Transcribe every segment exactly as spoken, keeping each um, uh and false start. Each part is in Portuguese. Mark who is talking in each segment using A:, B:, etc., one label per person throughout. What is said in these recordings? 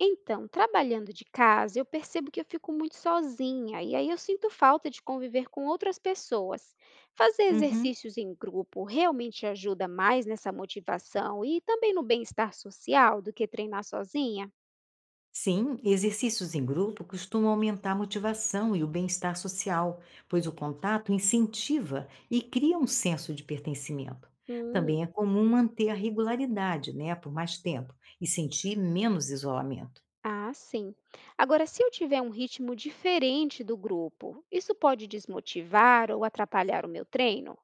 A: Então, trabalhando de casa, eu percebo que eu fico muito sozinha e aí eu sinto falta de conviver com outras pessoas. Fazer
B: Uhum.
A: exercícios em grupo realmente ajuda mais nessa motivação e também no bem-estar social do que treinar sozinha?
B: Sim, exercícios em grupo costumam aumentar a motivação e o bem-estar social, pois o contato incentiva e cria um senso de pertencimento.
A: Hum,
B: Também é comum manter a regularidade, né, por mais tempo e sentir menos isolamento.
A: ah, sim. Agora, se eu tiver um ritmo diferente do grupo, isso pode desmotivar ou atrapalhar o meu treino?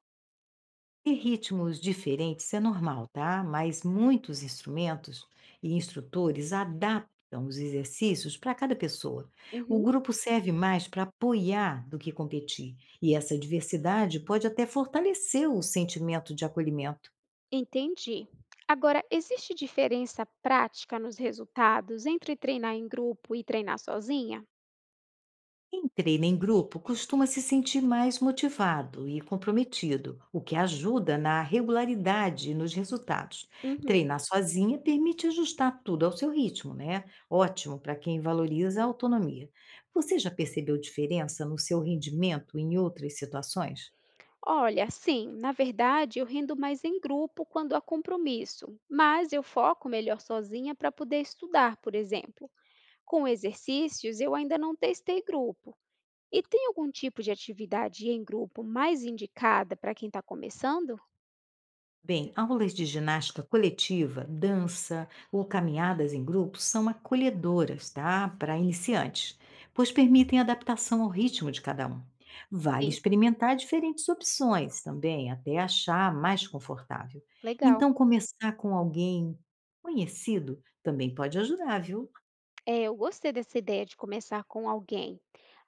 B: E ritmos diferentes é normal, tá? Mas muitos instrumentos e instrutores adaptam os exercícios para cada pessoa. O
A: Uhum.
B: grupo serve mais para apoiar do que competir, e essa diversidade pode até fortalecer o sentimento de acolhimento.
A: Entendi. Agora, existe diferença prática nos resultados entre treinar em grupo e treinar sozinha?
B: Quem treina em grupo costuma se sentir mais motivado e comprometido, o que ajuda na regularidade e nos resultados.
A: Uhum.
B: Treinar sozinha permite ajustar tudo ao seu ritmo, né? Ótimo para quem valoriza a autonomia. Você já percebeu diferença no seu rendimento em outras situações?
A: Olha, sim, na verdade eu rendo mais em grupo quando há compromisso, mas eu foco melhor sozinha para poder estudar, por exemplo. Com exercícios, eu ainda não testei grupo. E tem algum tipo de atividade em grupo mais indicada para quem está começando?
B: Bem, aulas de ginástica coletiva, dança ou caminhadas em grupo são acolhedoras, tá? Para iniciantes, pois permitem adaptação ao ritmo de cada um. Vale
A: Sim.
B: experimentar diferentes opções também, até achar a mais confortável.
A: Legal.
B: Então, começar com alguém conhecido também pode ajudar, viu?
A: É, eu gostei dessa ideia de começar com alguém.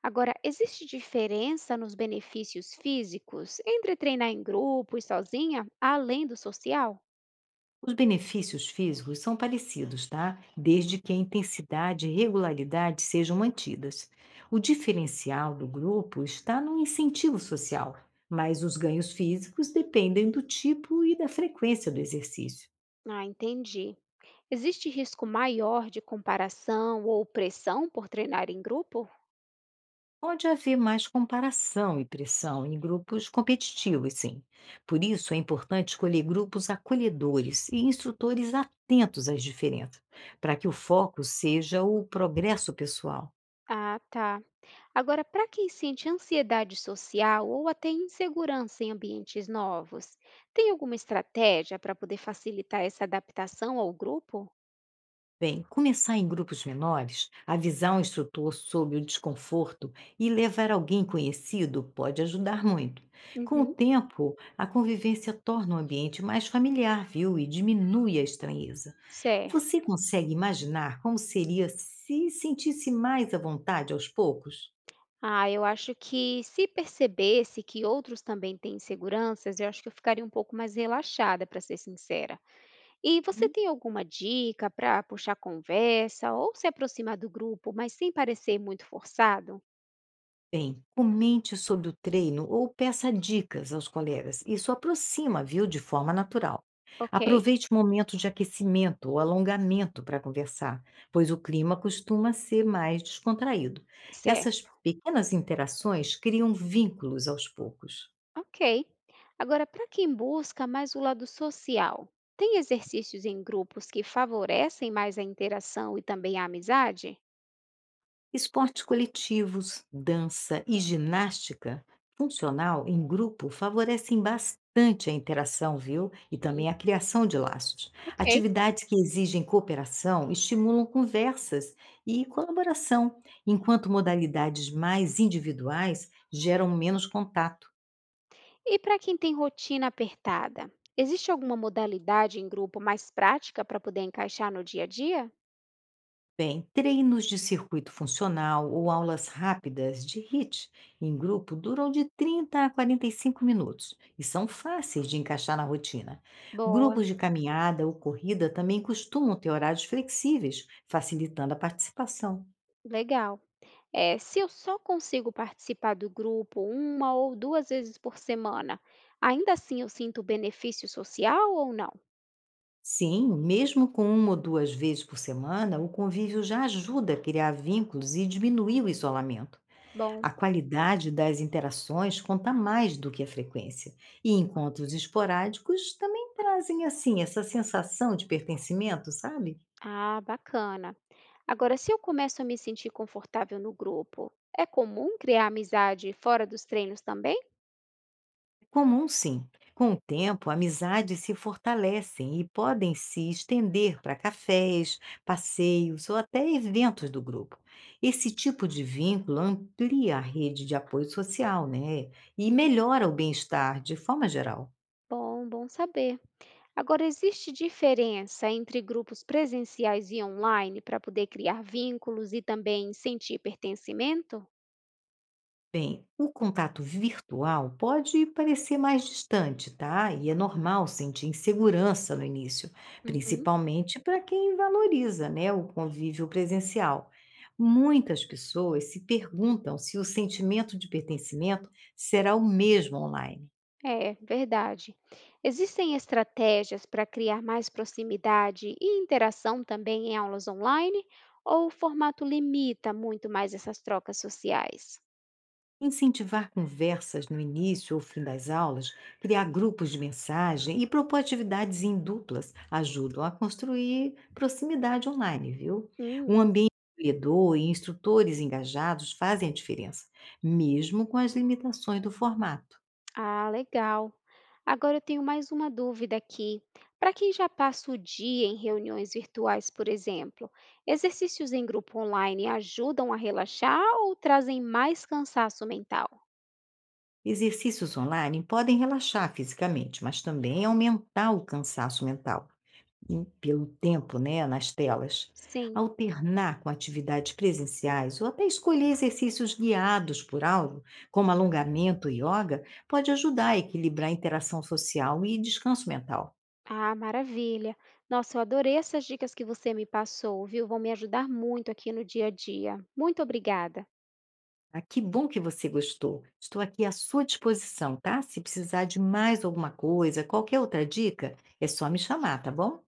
A: Agora, existe diferença nos benefícios físicos entre treinar em grupo e sozinha, além do social?
B: Os benefícios físicos são parecidos, tá? Desde que a intensidade e regularidade sejam mantidas. O diferencial do grupo está no incentivo social, mas os ganhos físicos dependem do tipo e da frequência do exercício.
A: Ah, entendi. Existe risco maior de comparação ou pressão por treinar em grupo?
B: Pode haver mais comparação e pressão em grupos competitivos, sim. Por isso, é importante escolher grupos acolhedores e instrutores atentos às diferenças, para que o foco seja o progresso pessoal.
A: Ah, tá. Agora, para quem sente ansiedade social ou até insegurança em ambientes novos, tem alguma estratégia para poder facilitar essa adaptação ao grupo?
B: Bem, começar em grupos menores, avisar o instrutor sobre o desconforto e levar alguém conhecido pode ajudar muito. Com o
A: Uhum,
B: tempo, a convivência torna o ambiente mais familiar, viu? E diminui a estranheza.
A: certo.
B: Você consegue imaginar como seria se sentisse mais à vontade aos poucos?
A: Ah, eu acho que se percebesse que outros também têm inseguranças, eu acho que eu ficaria um pouco mais relaxada, para ser sincera. E você tem alguma dica para puxar conversa ou se aproximar do grupo, mas sem parecer muito forçado?
B: Bem, comente sobre o treino ou peça dicas aos colegas. Isso aproxima, viu, de forma natural.
A: Ok,
B: Aproveite o momento de aquecimento ou alongamento para conversar, pois o clima costuma ser mais descontraído.
A: certo.
B: Essas pequenas interações criam vínculos aos poucos.
A: Ok. Agora, para quem busca mais o lado social, tem exercícios em grupos que favorecem mais a interação e também a amizade?
B: Esportes coletivos, dança e ginástica funcional em grupo favorecem bastante a interação, viu? E
A: Hum,
B: também a criação de laços.
A: Ok.
B: Atividades que exigem cooperação estimulam conversas e colaboração, enquanto modalidades mais individuais geram menos contato.
A: E para quem tem rotina apertada, existe alguma modalidade em grupo mais prática para poder encaixar no dia a dia?
B: Bem, treinos de circuito funcional ou aulas rápidas de H I I T em grupo duram de trinta a quarenta e cinco minutos e são fáceis de encaixar na rotina.
A: Boa,
B: Grupos de caminhada ou corrida também costumam ter horários flexíveis, facilitando a participação.
A: legal. É, se eu só consigo participar do grupo uma ou duas vezes por semana, ainda assim eu sinto benefício social ou não?
B: Sim, mesmo com uma ou duas vezes por semana, o convívio já ajuda a criar vínculos e diminuir o isolamento.
A: Bom,
B: A qualidade das interações conta mais do que a frequência, e encontros esporádicos também trazem assim essa sensação de pertencimento, sabe?
A: ah, bacana. Agora, se eu começo a me sentir confortável no grupo, é comum criar amizade fora dos treinos também?
B: É comum sim. Com o tempo, amizades se fortalecem e podem se estender para cafés, passeios ou até eventos do grupo. Esse tipo de vínculo amplia a rede de apoio social, né? E melhora o bem-estar de forma geral.
A: Bom, bom saber. Agora, existe diferença entre grupos presenciais e online para poder criar vínculos e também sentir pertencimento?
B: Bem, o contato virtual pode parecer mais distante, tá? E é normal sentir insegurança no início,
A: Uhum.
B: principalmente para quem valoriza, né, o convívio presencial. Muitas pessoas se perguntam se o sentimento de pertencimento será o mesmo online.
A: É, verdade. Existem estratégias para criar mais proximidade e interação também em aulas online? Ou o formato limita muito mais essas trocas sociais?
B: Incentivar conversas no início ou fim das aulas, criar grupos de mensagem e propor atividades em duplas ajudam a construir proximidade online, viu?
A: Hum.
B: Um ambiente acolhedor e instrutores engajados fazem a diferença, mesmo com as limitações do formato.
A: Ah, legal. Agora eu tenho mais uma dúvida aqui. Para quem já passa o dia em reuniões virtuais, por exemplo, exercícios em grupo online ajudam a relaxar ou trazem mais cansaço mental?
B: Exercícios online podem relaxar fisicamente, mas também aumentar o cansaço mental. Em- pelo tempo, né, nas telas,
A: Sim.
B: alternar com atividades presenciais ou até escolher exercícios guiados por áudio, como alongamento e yoga, pode ajudar a equilibrar a interação social e descanso mental.
A: Ah, maravilha. Nossa, eu adorei essas dicas que você me passou, viu? Vão me ajudar muito aqui no dia a dia. Muito obrigada.
B: Ah, que bom que você gostou. Estou aqui à sua disposição, tá? Se precisar de mais alguma coisa, qualquer outra dica, é só me chamar, tá bom?